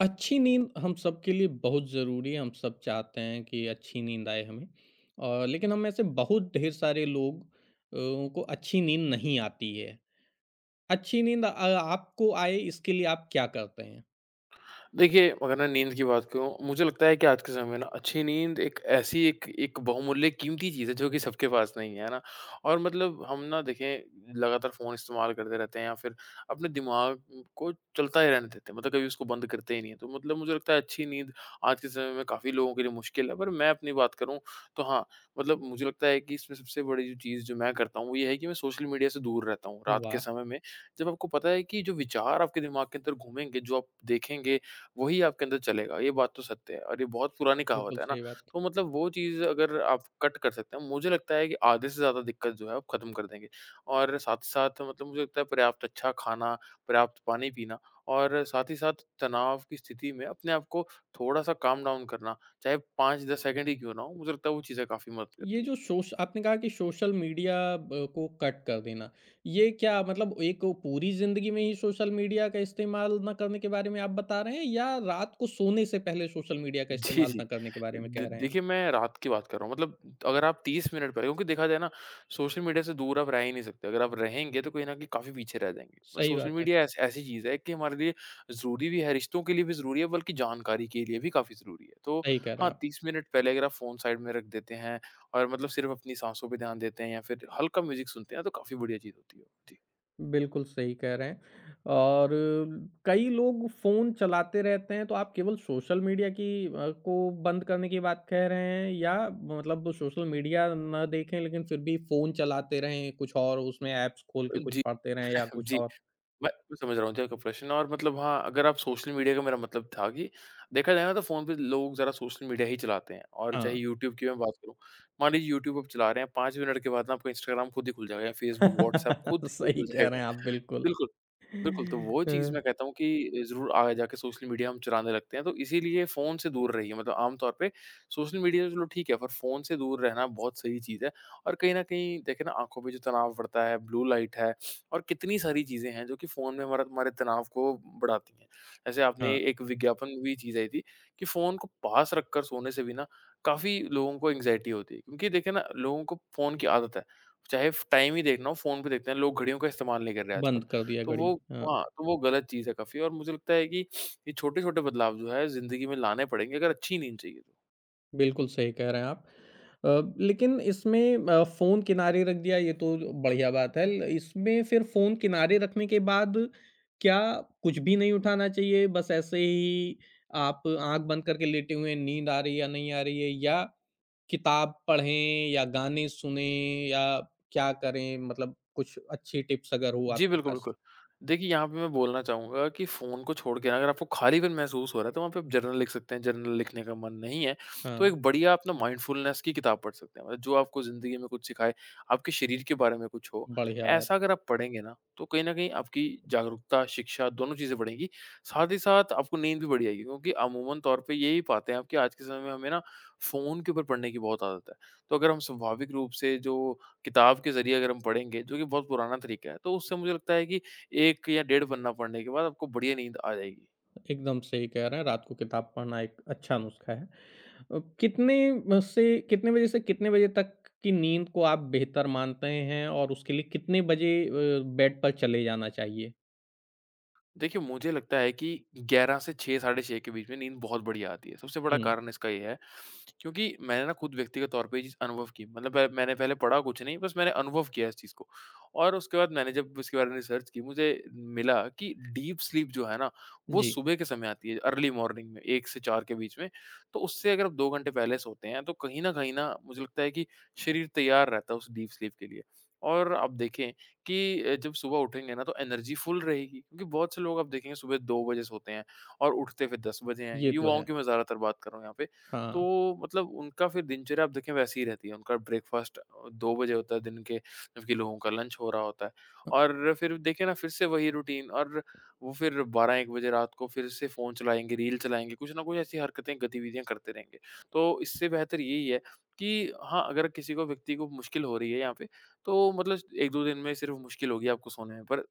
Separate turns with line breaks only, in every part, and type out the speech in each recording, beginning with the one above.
अच्छी नींद हम सबके लिए बहुत ज़रूरी है, हम सब चाहते हैं कि अच्छी नींद आए हमें। और लेकिन हम में से बहुत ढेर सारे लोग को अच्छी नींद नहीं आती है। अच्छी नींद आपको आए इसके लिए आप क्या करते हैं?
देखिए, अगर मैं नींद की बात करूँ, मुझे लगता है कि आज के समय में ना अच्छी नींद एक ऐसी एक एक बहुमूल्य कीमती चीज़ है जो कि सबके पास नहीं है, है ना? और मतलब हम ना देखें लगातार फ़ोन इस्तेमाल करते रहते हैं या फिर अपने दिमाग को चलता ही रहने देते हैं, मतलब कभी उसको बंद करते ही नहीं हैं। तो मतलब मुझे लगता है अच्छी नींद आज के समय में काफ़ी लोगों के लिए मुश्किल है, पर मैं अपनी बात करूँ तो हाँ, मतलब मुझे लगता है कि इसमें सबसे बड़ी जो चीज़ जो मैं करता हूँ वो ये है कि मैं सोशल मीडिया से दूर रहता हूँ रात के
वाह!
समय में। जब आपको पता है कि जो विचार आपके दिमाग के अंदर घूमेंगे, जो आप देखेंगे वही आपके अंदर चलेगा। ये बात तो सत्य है और ये बहुत पुरानी कहावत
बिल्कुल
है ना।
सही बात।
तो मतलब वो चीज़ अगर आप कट कर सकते हैं, मुझे लगता है कि आधे से ज़्यादा दिक्कत जो है आप ख़त्म कर देंगे। और साथ ही साथ मतलब मुझे लगता है पर्याप्त अच्छा खाना, पर्याप्त पानी पीना और साथ ही साथ तनाव की स्थिति में अपने आप को थोड़ा-सा काम डाउन करना, चाहे 5-10 सेकंड ही क्यों ना हो, मुझे लगता है वो चीज़ें काफ़ी मदद
ये
करती हैं।
जो
जी।
सोश आपने कहा कि सोशल मीडिया ब को कट कर देना, ये क्या मतलब एक वो पूरी ज़िंदगी में ही सोशल मीडिया का इस्तेमाल ना करने के बारे में आप बता रहे हैं या रात को सोने से पहले सोशल मीडिया का
जी,
इस्तेमाल
जी।
ना करने के बारे में
दे
कह रहे हैं?
देखिए, मैं रात की बात कर रहा हूँ। मतलब अगर आप 30 मिनट पहले क्योंकि देखा जाए ना, सोशल मीडिया से दूर आप रह ही नहीं सकते। अगर आप रहेंगे, तो कहीं न कहीं काफ़ी पीछे रह जाएँगे। मतलब
सही
सोशल
बात है।
मीडिया ऐस ऐसी चीज़ है कि हमारे लिए ज़रूरी भी है, रिश्तों के लिए भी ज़रूरी है, बल्कि जानकारी के लिए भी काफ़ी ज़रूरी है। तो
सही कह रहे
हाँ,
हैं आप।
30 मिनट पहले अगर आप फ़ोन साइड में रख देते हैं और मतलब सिर्फ़ अपनी साँसों पे ध्यान देते हैं या फिर हल्का म्यूज़िक सुनते हैं, तो काफ़ी बढ़िया चीज़ होती है। जी।
बिल्कुल सही कह रहे हैं और कई लोग फ़ोन चलाते रहते हैं, तो आप केवल सोशल मीडिया की को बंद करने की बात कह रहे हैं या मतलब सोशल मीडिया ना देखें लेकिन फिर भी फ़ोन चलाते रहें कुछ और उसमें ऐप्स खोल के कुछ
जी,
पढ़ते रहें या कुछ
जी।
और?
मैं समझ रहा हूँ आपका प्रश्न और मतलब हाँ, अगर आप सोशल मीडिया का मेरा मतलब था कि देखा जाए ना तो फ़ोन पे लोग ज़रा सोशल मीडिया ही चलाते हैं और चाहे
हाँ।
यूट्यूब की मैं बात करूँ, मान लीजिए यूट्यूब आप चला रहे हैं 5 मिनट के बाद ना आपका इंस्टाग्राम खुद ही खुल जाएगा या फ़ेसबुक, व्हाट्सएप खुद ही
सही
खुल
कह
जाएगा।
रहे हैं आप बिल्कुल।
बिल्कुल। बिल्कुल, तो वो चीज़
अ,
मैं कहता हूँ कि ज़रूर आगे जाके सोशल मीडिया हम चुराने लगते हैं, तो इसीलिए फ़ोन से दूर रहिए। मतलब आम तौर पे सोशल मीडिया तो चलो ठीक है, पर फ़ोन से दूर रहना बहुत सही चीज़ है और कहीं न कहीं देखें ना आँखों पे जो तनाव पड़ता है, ब्लू लाइट है और कितनी सारी चीज़ें हैं जो कि फ़ोन में हमारा हमारे तनाव को बढ़ाती हैं। जैसे आपने
हाँ,
एक विज्ञापन में भी चीज़ आई थी कि फ़ोन को पास रखकर सोने से भी ना काफ़ी लोगों को एंग्ज़ायटी होती है क्योंकि देखिए ना लोगों को फ़ोन की आदत है, चाहे फ़ टाइम ही देखना हो फ़ोन पे देखते हैं, लोग घड़ियों का इस्तेमाल नहीं कर रहे आजकल।
बंद कर दिया
तो
घड़ी।
वो
हाँ।
हाँ, तो वो गलत चीज़ है काफ़ी और मुझे लगता है कि ये छोटे-छोटे बदलाव जो है ज़िंदगी में लाने पड़ेंगे अगर अच्छी नींद चाहिए तो।
बिल्कुल सही कह रहे हैं आप। अ, लेकिन इसमें फ़ोन किनारे रख दिया ये तो बढ़िया बात है। ल इसमें फिर फ़ोन किनारे रखने के बाद क्या कुछ भी नहीं उठाना चाहिए? बस ऐसे ही आप आँख बंद करके लेटे हुए हैं, नींद आ रही है या नहीं आ रही है या किताब पढ़ें या गाने सुनें या क्या करें? मतलब कुछ अच्छी टिप्स अगर हो
जी,
आपके
बिल्कुल,
पास?
बिल्कुल। देखिए, यहाँ पे मैं बोलना चाहूँगा कि फ़ोन को छोड़ के अगर आपको खालीपन महसूस हो रहा है, तो वहाँ पे आप जर्नल लिख सकते हैं। जर्नल लिखने का मन नहीं है, तो
हाँ,
एक बढ़िया आप ना माइंडफुलनेस की किताब पढ़ सकते हैं। मतलब जो आपको ज़िंदगी में कुछ सिखाए, आपके शरीर के बारे में कुछ हो,
बढ़िया
ऐसा
बात।
अगर आप पढ़ेंगे ना, तो कहीं न कहीं आपकी जागरूकता, शिक्षा दोनों चीज़ें बढ़ेंगी। साथ ही साथ आपको नींद भी बढ़िया आएगी, क्योंकि अमूमन तौर पे यही पाते हैं आप कि आज के समय में हमें ना फ़ोन के ऊपर पढ़ने की बहुत आदत है। तो अगर हम स्वाभाविक रूप से जो किताब के ज़रिए अगर हम पढ़ेंगे, जो कि बहुत पुराना तरीका है, तो उससे मुझे लगता है कि 1 या डेढ़ पन्ना पढ़ने के बाद आपको बढ़िया नींद आ जाएगी।
एकदम सही कह रहे हैं, रात को किताब पढ़ना एक अच्छा नुस्खा है। कितने म से कितने बजे तक की नींद को आप बेहतर मानते हैं और उसके लिए कितने बजे बेड पर चले जाना चाहिए?
देखिए, मुझे लगता है कि 11 से 6 साढ़े 6 के बीच में नींद बहुत बढ़िया आती है। सबसे बड़ा
हुँ,
कारण इसका ये है, क्योंकि मैंने ना खुद व्यक्तिगत तौर पे ये चीज़ अनुभव की। मतलब मैंने पहले पढ़ा कुछ नहीं, बस मैंने अनुभव किया इस चीज़ को। और उसके बाद मैंने जब इसके बारे में रिसर्च की, मुझे मिला कि डीप स्लीप जो है ना, वो
जी,
सुबह के समय आती है, अर्ली मॉर्निंग में 1 से 4 के बीच में। तो उससे अगर आप 2 घंटे पहले सोते हैं, तो कहीं न कहीं ना, मुझे लगता है कि शरीर तैयार रहता है उस डीप स्लीप के लिए। और आप देखें कि जब सुबह उठेंगे ना तो एनर्जी फुल रहेगी क्योंकि बहुत से लोग आप देखेंगे सुबह 2 बजे सोते हैं और उठते फिर 10 बजे हैं।
ये तो
युवाओं
है।
की मैं ज़्यादातर बात कर रहा हूँ यहाँ पे।
हाँ,
तो मतलब उनका फिर दिनचर्या आप देखें वैसी ही रहती है। उनका ब्रेकफ़ास्ट 2 बजे होता है दिन के, जबकि लोगों का लंच हो रहा होता है
हाँ,
और फिर देखें ना फिर से वही रूटीन और वो फिर 12-1 बजे रात को फिर से फ़ोन चलाएँगे, रील चलाएँगे, कुछ ना कुछ ऐसी हरकतें, गतिविधियाँ करते रहेंगे। तो इससे बेहतर यही है कि हाँ, अगर किसी को व्यक्ति को मुश्किल हो रही है यहाँ पे तो मतलब एक 2 दिन में सिर्फ़ मुश्किल होगी आपको सोने में, पर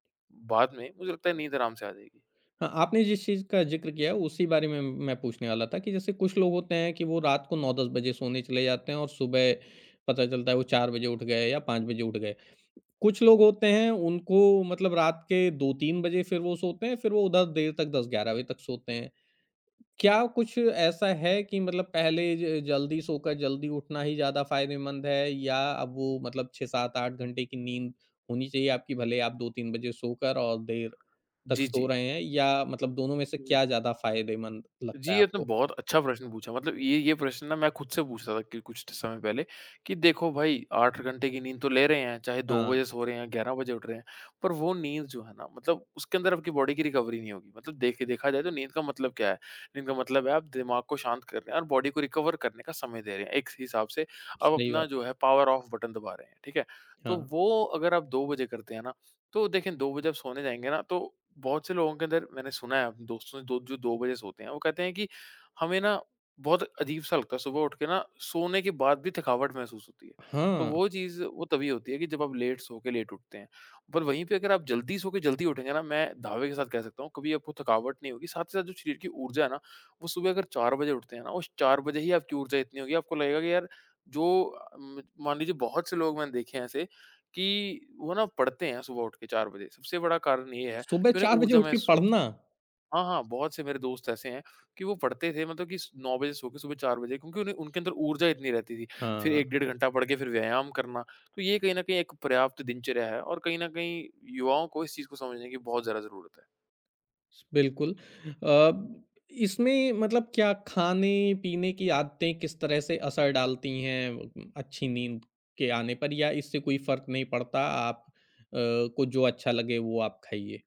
बाद में मुझे लगता है नींद आराम से आ जाएगी।
हाँ, आपने जिस चीज़ का ज़िक्र किया है उसी बारे में मैं पूछने वाला था कि जैसे कुछ लोग होते हैं कि वो रात को 9-10 बजे सोने चले जाते हैं और सुबह पता चलता है वो 4 बजे उठ गए या 5 बजे उठ गए। कुछ लोग होते हैं उनको मतलब रात के 2-3 बजे फिर वो सोते हैं, फिर वो उधर देर तक 10-11 बजे तक सोते हैं। क्या कुछ ऐसा है कि मतलब पहले ज जल्दी सोकर जल्दी उठना ही ज़्यादा फ़ायदेमंद है या अब वो मतलब 6-7-8 घंटे की नींद होनी चाहिए आपकी भले आप 2-3 बजे सोकर और देर तक
जी, जी।
सो रहे हैं या मतलब दोनों में से क्या ज़्यादा फ़ायदेमंद लगता
जी,
है
ये तो
आपको?
बहुत अच्छा प्रश्न पूछा। मतलब ये प्रश्न ना मैं खुद से पूछ रहा था कि कुछ समय पहले कि देखो भाई 8 घंटे की नींद तो ले रहे हैं, चाहे 2
हाँ,
बजे सो रहे हैं, 11 बजे उठ रहे हैं, पर वो नींद जो है ना मतलब उसके अंदर आपकी बॉडी की रिकवरी नहीं होगी। मतलब देखिए देखा जाए तो नींद का मतलब क्या है? नींद का मतलब है आप दिमाग को शांत कर रहे हैं और बॉडी को रिकवर करने का समय दे रहे हैं। एक हिसाब से आप
सही
अपना
बात।
जो है पावर ऑफ बटन दबा रहे हैं, ठीक है? तो
हाँ।
वो अगर आप 2 बजे करते हैं ना तो देखें 2 बजे आप सोने जाएँगे ना तो बहुत से लोगों के अंदर मैंने सुना है अपने दोस्तों से दो जो 2 बजे सोते हैं वो कहते हैं कि हमें ना बहुत अजीब-सा लगता है सुबह उठ के ना सोने के बाद भी थकावट महसूस होती है। तो
हाँ,
वो चीज़ वो तभी होती है कि जब आप लेट सो के लेट उठते हैं। पर वहीं पे अगर आप जल्दी सो के जल्दी उठेंगे ना मैं दावे के साथ कह सकता हूँ कभी आपको थकावट नहीं होगी। साथ ही साथ जो शरीर की ऊर्जा है ना वो सुबह अगर 4 बजे उठते हैं ना उस 4 बजे ही आपकी ऊर्जा इतनी होगी आपको लगेगा कि यार जो अ, म मान लीजिए बहुत से लोग मैंने देखे हैं ऐसे कि वो ना पढ़ते हैं सुबह उठ के 4 बजे, सबसे बड़ा कारण ये है
सुबह
कि उन्हें
4 बजे
ऊर्जा
उठ के
महसूस हो।
पढ़ना।
हाँ, हाँ, बहुत से मेरे दोस्त ऐसे हैं कि वो पढ़ते थे मतलब कि स 9 बजे सो के सुबह 4 बजे क्योंकि उन्हें उनके अंदर ऊर्जा इतनी रहती थी। फिर
हाँ।
1 डेढ़ घंटा पढ़ के फिर व्यायाम करना, तो ये कहीं न कहीं एक पर्याप्त दिनचर्या है और कहीं न कहीं युवाओं को इस चीज़ को समझने की बहुत ज़्यादा ज़रूरत है।
बिल्कुल। अ, इसमें मतलब क्या खाने-पीने की आदतें किस तरह से असर डालती हैं अच्छी नींद के आने पर या इससे कोई फ़र्क नहीं पड़ता? आप को जो अच्छा लगे वो आप खाइए?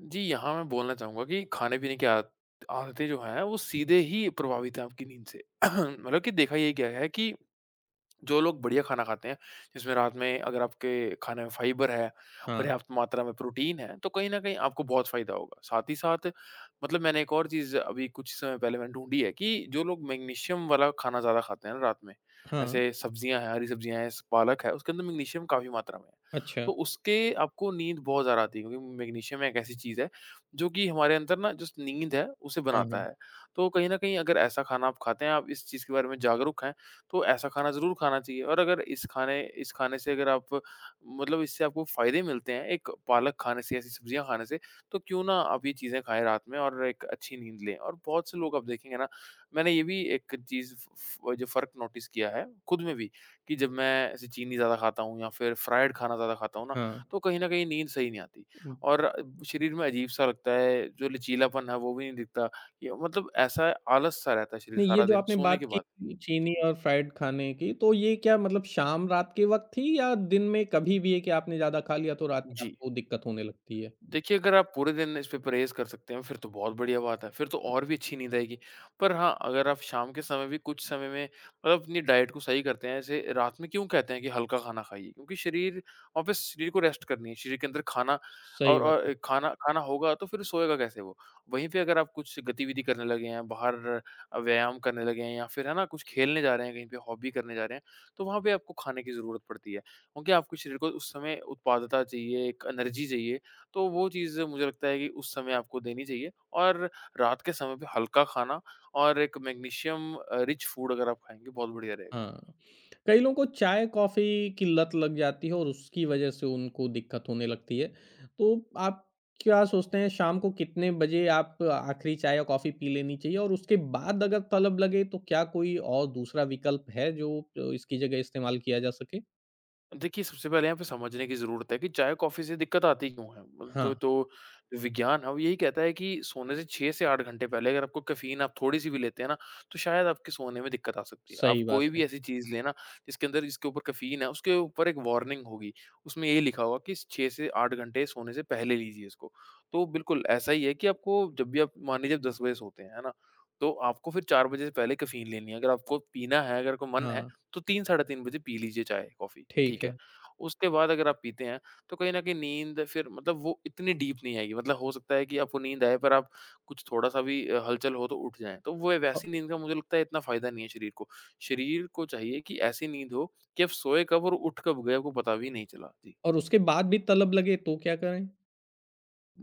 जी, यहाँ मैं बोलना चाहूँगा कि खाने-पीने की आद आदतें जो हैं वो सीधे ही प्रभावित हैं आपकी नींद से। मतलब कि देखा ये गया है कि जो लोग बढ़िया खाना खाते हैं, जिसमें रात में अगर आपके खाने में फाइबर है,
हाँ,
पर्याप्त मात्रा में प्रोटीन है, तो कहीं न कहीं आपको बहुत फ़ायदा होगा। साथ ही साथ मतलब मैंने एक और चीज़ अभी कुछ समय पहले मैंने ढूँढी है कि जो लोग मैग्नीशियम वाला खाना ज़्यादा खाते हैं ना रात में,
हाँ,
ऐसे सब्ज़ियाँ हैं, हरी सब्ज़ियाँ हैं, स पालक है, उसके अंदर मैग्नीशियम काफ़ी मात्रा में है।
अच्छा।
तो उसके आपको नींद बहुत ज़्यादा आती है क्योंकि मैग्नीशियम एक ऐसी चीज़ है, जो कि हमारे अंदर ना जो स नींद है, उसे
हाँ,
बनाता
हाँ,
है। तो कहीं न कहीं अगर ऐसा खाना आप खाते हैं, आप इस चीज़ के बारे में जागरूक हैं, तो ऐसा खाना ज़रूर खाना चाहिए और अगर इस खाने से अगर आप मतलब इससे आपको फ़ायदे मिलते हैं, एक पालक खाने से, ऐसी सब्जियाँ खाने से, तो क्यों ना आप ये चीज़ें खाएँ रात में और एक अच्छी नींद लें। और बहुत से लोग आप देखेंगे ना, मैंने ये भी एक चीज़ फ फ जो फ़र्क नोटिस किया है खुद में भी कि जब मैं ऐसे चीनी ज़्यादा खाता हूँ या फिर फ्राइड खाना ज़्यादा खाता हूँ ना,
हाँ।
तो कहीं न कहीं नींद सही नहीं आती
उम,
और शरीर में अजीब-सा लगता है, जो लचीलापन है वो भी नहीं दिखता। ये मतलब ऐसा आलस-सा रहता है शरीर
नहीं ये
सारा
जो
दिन
आपने
सोने
बात
के बाद।
की चीनी और फ्राइड खाने की, तो ये क्या मतलब शाम रात के वक़्त थी या दिन में कभी भी है कि आपने ज़्यादा खा लिया तो रात में
जी।
आपको दिक्कत होने लगती है?
देखिए, अगर आप पूरे दिन इस पे परहेज़ कर सकते हैं, फिर तो बहुत बढ़िया बात है, फिर तो और भी अच्छी नींद आएगी। पर हाँ, अगर आप शाम के समय भी कुछ समय में मतलब अपनी डाइट को सही करते हैं, ऐसे रात में क्यों कहते हैं कि हल्का खाना खाइए? क्योंकि शरीर वापस शरीर को रेस्ट करनी है, शरीर के अंदर खाना
सही
और
बात।
और खाना खाना होगा तो फिर सोएगा कैसे वो? वहीं पे अगर आप कुछ गतिविधि करने लगे हैं, बाहर व्यायाम करने लगे हैं या फिर है ना, कुछ खेलने जा रहे हैं, कहीं पे हॉबी करने जा रहे हैं, तो वहाँ पे आपको खाने की ज़रूरत पड़ती है। क्योंकि आपके शरीर को उस समय उत्पादकता चाहिए, एक एनर्जी चाहिए। तो वो चीज़ मुझे लगता है कि उस समय आपको देनी चाहिए और रात के समय पे हल्का खाना और एक मैग्नीशियम रिच फूड अगर आप खाएँगे बहुत बढ़िया रहेगा।
हाँ, कई लोगों को चाय-कॉफ़ी की लत लग जाती है और उसकी वज़ह से उनको दिक्कत होने लगती है। तो आप क्या सोचते हैं शाम को कितने बजे आप आखिरी चाय या कॉफ़ी पी लेनी चाहिए? और उसके बाद अगर तलब लगे तो क्या कोई और दूसरा विकल्प है जो इसकी जगह इस्तेमाल किया जा सके?
देखिए, सबसे पहले यहाँ पे समझने की ज़रूरत है कि चाय, कॉफ़ी से दिक्कत आती क्यों है?
हाँ,
तो विज्ञान है वो यही कहता है कि सोने से 6 से 8 घंटे पहले अगर आपको कैफ़ीन आप थोड़ी-सी भी लेते हैं ना, तो शायद आपके सोने में दिक्कत आ सकती है। आप
सही
कोई
बात है।
भी ऐसी चीज़ लें ना, जिसके अंदर जिसके ऊपर कैफ़ीन है, उसके ऊपर एक वार्निंग होगी। उसमें यही लिखा होगा कि 6 से 8 घंटे सोने से पहले लीजिए इसको। तो बिल्कुल ऐसा ही है कि आपको जब भी आप मान लीजिए आप 10 बजे सोते हैं, है ना? तो आपको फिर 4 बजे से पहले कैफ़ीन लेनी है। अगर आपको पीना है, अगर आपको मन है,
हाँ,
तो 3 साढ़े 3 बजे पी लीजिए चाय, कॉफ़ी, ठीक
ठीक
है।
है।
उसके बाद अगर आप पीते हैं, तो कहीं न कहीं नींद फिर मतलब वो इतनी डीप नहीं आएगी, मतलब हो सकता है कि आपको नींद आए पर आप कुछ थोड़ा-सा भी हलचल हो तो उठ जाएँ। तो वो
औ
वैसी नींद का मुझे लगता है इतना फ़ायदा नहीं है शरीर को। शरीर को चाहिए कि ऐसी नींद हो कि आप सोए कब और उठ कब गए आपको पता भी नहीं चला। जी।
और उसके बाद भी तलब लगे तो क्या करें?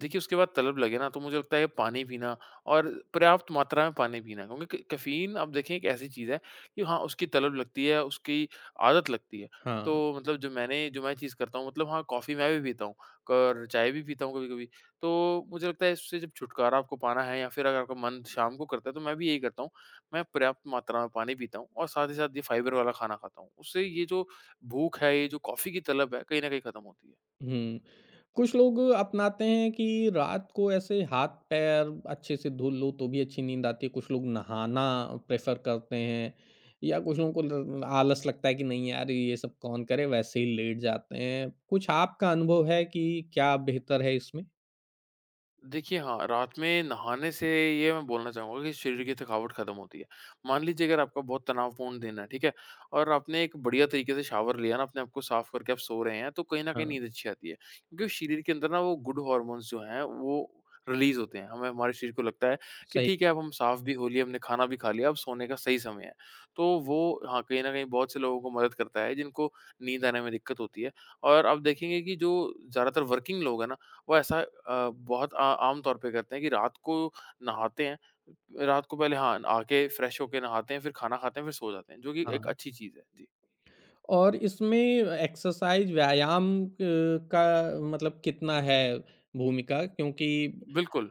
देखिए, उसके बाद तलब लगे ना तो मुझे लगता है पानी पीना और पर्याप्त मात्रा में पानी पीना क्योंकि क कैफ़ीन आप देखें एक ऐसी चीज़ है कि हाँ, उसकी तलब लगती है, उसकी आदत लगती है।
हाँ।
तो मतलब जो मैं चीज़ करता हूँ मतलब हाँ, कॉफ़ी मैं भी पीता हूँ और चाय भी पीता हूँ कभी-कभी। तो मुझे लगता है इससे जब छुटकारा आपको पाना है या फिर अगर आपका मन शाम को करता है तो मैं भी यही करता हूँ। मैं पर्याप्त मात्रा में पानी पीता हूँ और साथ ही साथ ये फाइबर वाला खाना खाता हूँ। उससे ये जो भूख है, ये जो कॉफ़ी की तलब है, कहीं न कहीं खत्म होती है।
हुँ। कुछ लोग अपनाते हैं कि रात को ऐसे हाथ-पैर अच्छे से धुल लो तो भी अच्छी नींद आती है, कुछ लोग नहाना प्रेफ़र करते हैं या कुछ लोगों को ल आलस लगता है कि नहीं यार ये सब कौन करे, वैसे ही लेट जाते हैं। कुछ आपका अनुभव है कि क्या बेहतर है इसमें?
देखिए, हाँ, रात में नहाने से ये मैं बोलना चाहूँगा कि शरीर की थकावट ख़त्म होती है। मान लीजिए अगर आपका बहुत तनावपूर्ण दिन है, ठीक है? और आपने एक बढ़िया तरीके से शावर लिया ना, अपने आप को साफ़ करके आप सो रहे हैं, तो कहीं न कहीं
हाँ,
नींद अच्छी आती है। क्योंकि शरीर के अंदर ना वो गुड हॉर्मोन्स जो हैं, वो रिलीज़ होते हैं। हमें हमारे शरीर को लगता है कि
सही
ठीक है, अब हम साफ़ भी हो लिए, हमने खाना भी खा लिया, अब सोने का सही समय है। तो वो हाँ, कहीं न कहीं बहुत से लोगों को मदद करता है, जिनको नींद आने में दिक्कत होती है। और आप देखेंगे कि जो ज़्यादातर वर्किंग लोग हैं ना, वो ऐसा बहुत आ आम तौर पे करते हैं कि रात को नहाते हैं। रात को पहले हाँ, आके फ्रेश होके नहाते हैं, फिर खाना खाते हैं, फिर सो जाते हैं, जो कि एक
हाँ।
अच्छी चीज़ है। जी,
और इसमें एक्सरसाइज़ व्यायाम का मतलब कितना है भूमिका? क्योंकि
बिल्कुल।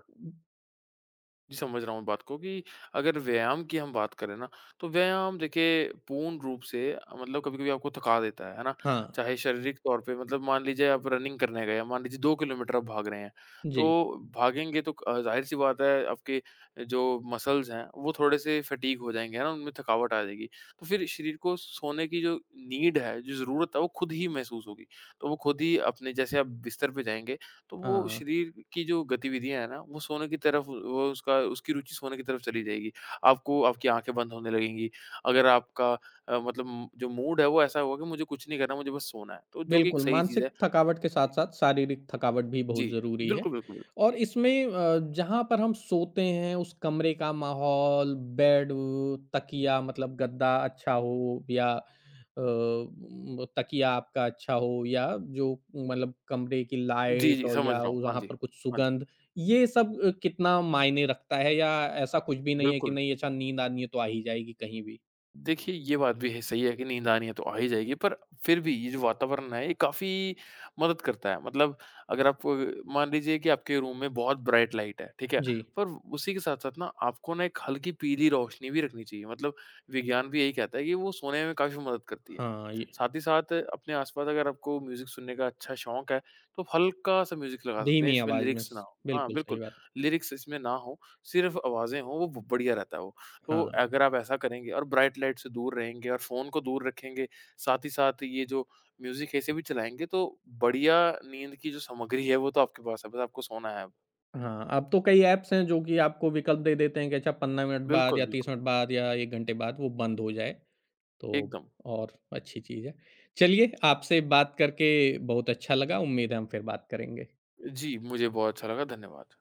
जी, समझ रहा हूँ बात को कि अगर व्यायाम की हम बात करें ना, तो व्यायाम देखिए पूर्ण रूप से मतलब कभी-कभी आपको थका देता है ना?
हाँ,
चाहे शारीरिक तौर पे मतलब मान लीजिए आप रनिंग करने गए, मान लीजिए 2 किलोमीटर आप भाग रहे हैं,
जी।
तो भागेंगे तो ज़ाहिर-सी बात है आपके जो मसल्स हैं, वो थोड़े-से फटीग हो जाएँगे, है ना? उनमें थकावट आ जाएगी। तो फिर शरीर को सोने की जो नीड है, जो ज़रूरत है, वो खुद ही महसूस होगी। तो वो खुद ही अपने जैसे आप बिस्तर पे जाएँगे तो वो
हाँ।
शरीर की जो गतिविधियाँ हैं ना, वो सोने की तरफ वो उसका उसकी रुचि सोने की तरफ चली जाएगी। आपको आपकी आँखें बंद होने लगेंगी। अगर आपका मतलब जो मूड है वो ऐसा होगा कि मुझे कुछ नहीं करना, मुझे बस सोना है। तो जो कि एक
बिल्कुल,
सही चीज़
मानसिक
है।
थकावट के साथ-साथ शारीरिक थकावट भी
जी,
बहुत ज़रूरी है
बिल्कुल, बिल्कुल।
और इसमें जहाँ पर हम सोते हैं उस कमरे का माहौल, बेड, तकिया मतलब गद्दा अच्छा हो या अ, म तकिया आपका अच्छा हो या जो मतलब कमरे की
जी,
लाइट
जी,
और
समझ
या
रहा हूँ। हाँ
वहाँ
जी,
पर कुछ
हाँ जी।
सुगंध, ये सब कितना मायने रखता है या ऐसा कुछ भी नहीं है कि
बिल्कुल।
नहीं अच्छा नींद आनी है तो आ ही जाएगी कहीं भी?
देखिए, ये बात भी है सही है कि नींद आनी है तो आ ही जाएगी, पर फिर भी ये जो वातावरण है, ये काफ़ी मदद करता है। मतलब अगर आप मान लीजिए कि आपके रूम में बहुत ब्राइट लाइट है, ठीक है?
जी,
पर उसी के साथ-साथ ना आपको ना एक हल्की पीली रोशनी भी रखनी चाहिए। मतलब विज्ञान भी यही कहता है कि वो सोने में काफ़ी मदद करती है।
हाँ, ये
साथ ही साथ अपने आस-पास अगर आपको म्यूज़िक सुनने का अच्छा शौक है, तो हल्का-सा म्यूज़िक लगा सकते हैं,
धीमी
इसमें
आवाज़ में
लिरिक्स ना
स
हो। हाँ,
बिल्कुल सही
बिल्कुल
बात।
लिरिक्स इसमें ना हो, सिर्फ़ आवाज़ें हों, वो बढ़िया रहता है वो। तो
हाँ।
अगर आप ऐसा करेंगे और ब्राइट लाइट से दूर रहेंगे और फ़ोन को दूर रखेंगे, साथ ही साथ ये जो म्यूज़िक है इसे भी चलाएँगे तो बढ़िया नींद की जो सामग्री है वो तो आपके पास है, बस आपको सोना है अब।
हाँ, अब तो कई ऐप्स हैं जो कि आपको विकल्प दे देते हैं कि अच्छा 15 मिनट बाद
बिल्कुल,
या 30
बिल्कुल।
मिनट बाद या 1 घंटे बाद वो बंद हो जाए, तो
एकदम।
और अच्छी चीज़ है। चलिए, आपसे बात करके बहुत अच्छा लगा, उम्मीद है हम फिर बात करेंगे।
जी, मुझे बहुत अच्छा लगा। धन्यवाद।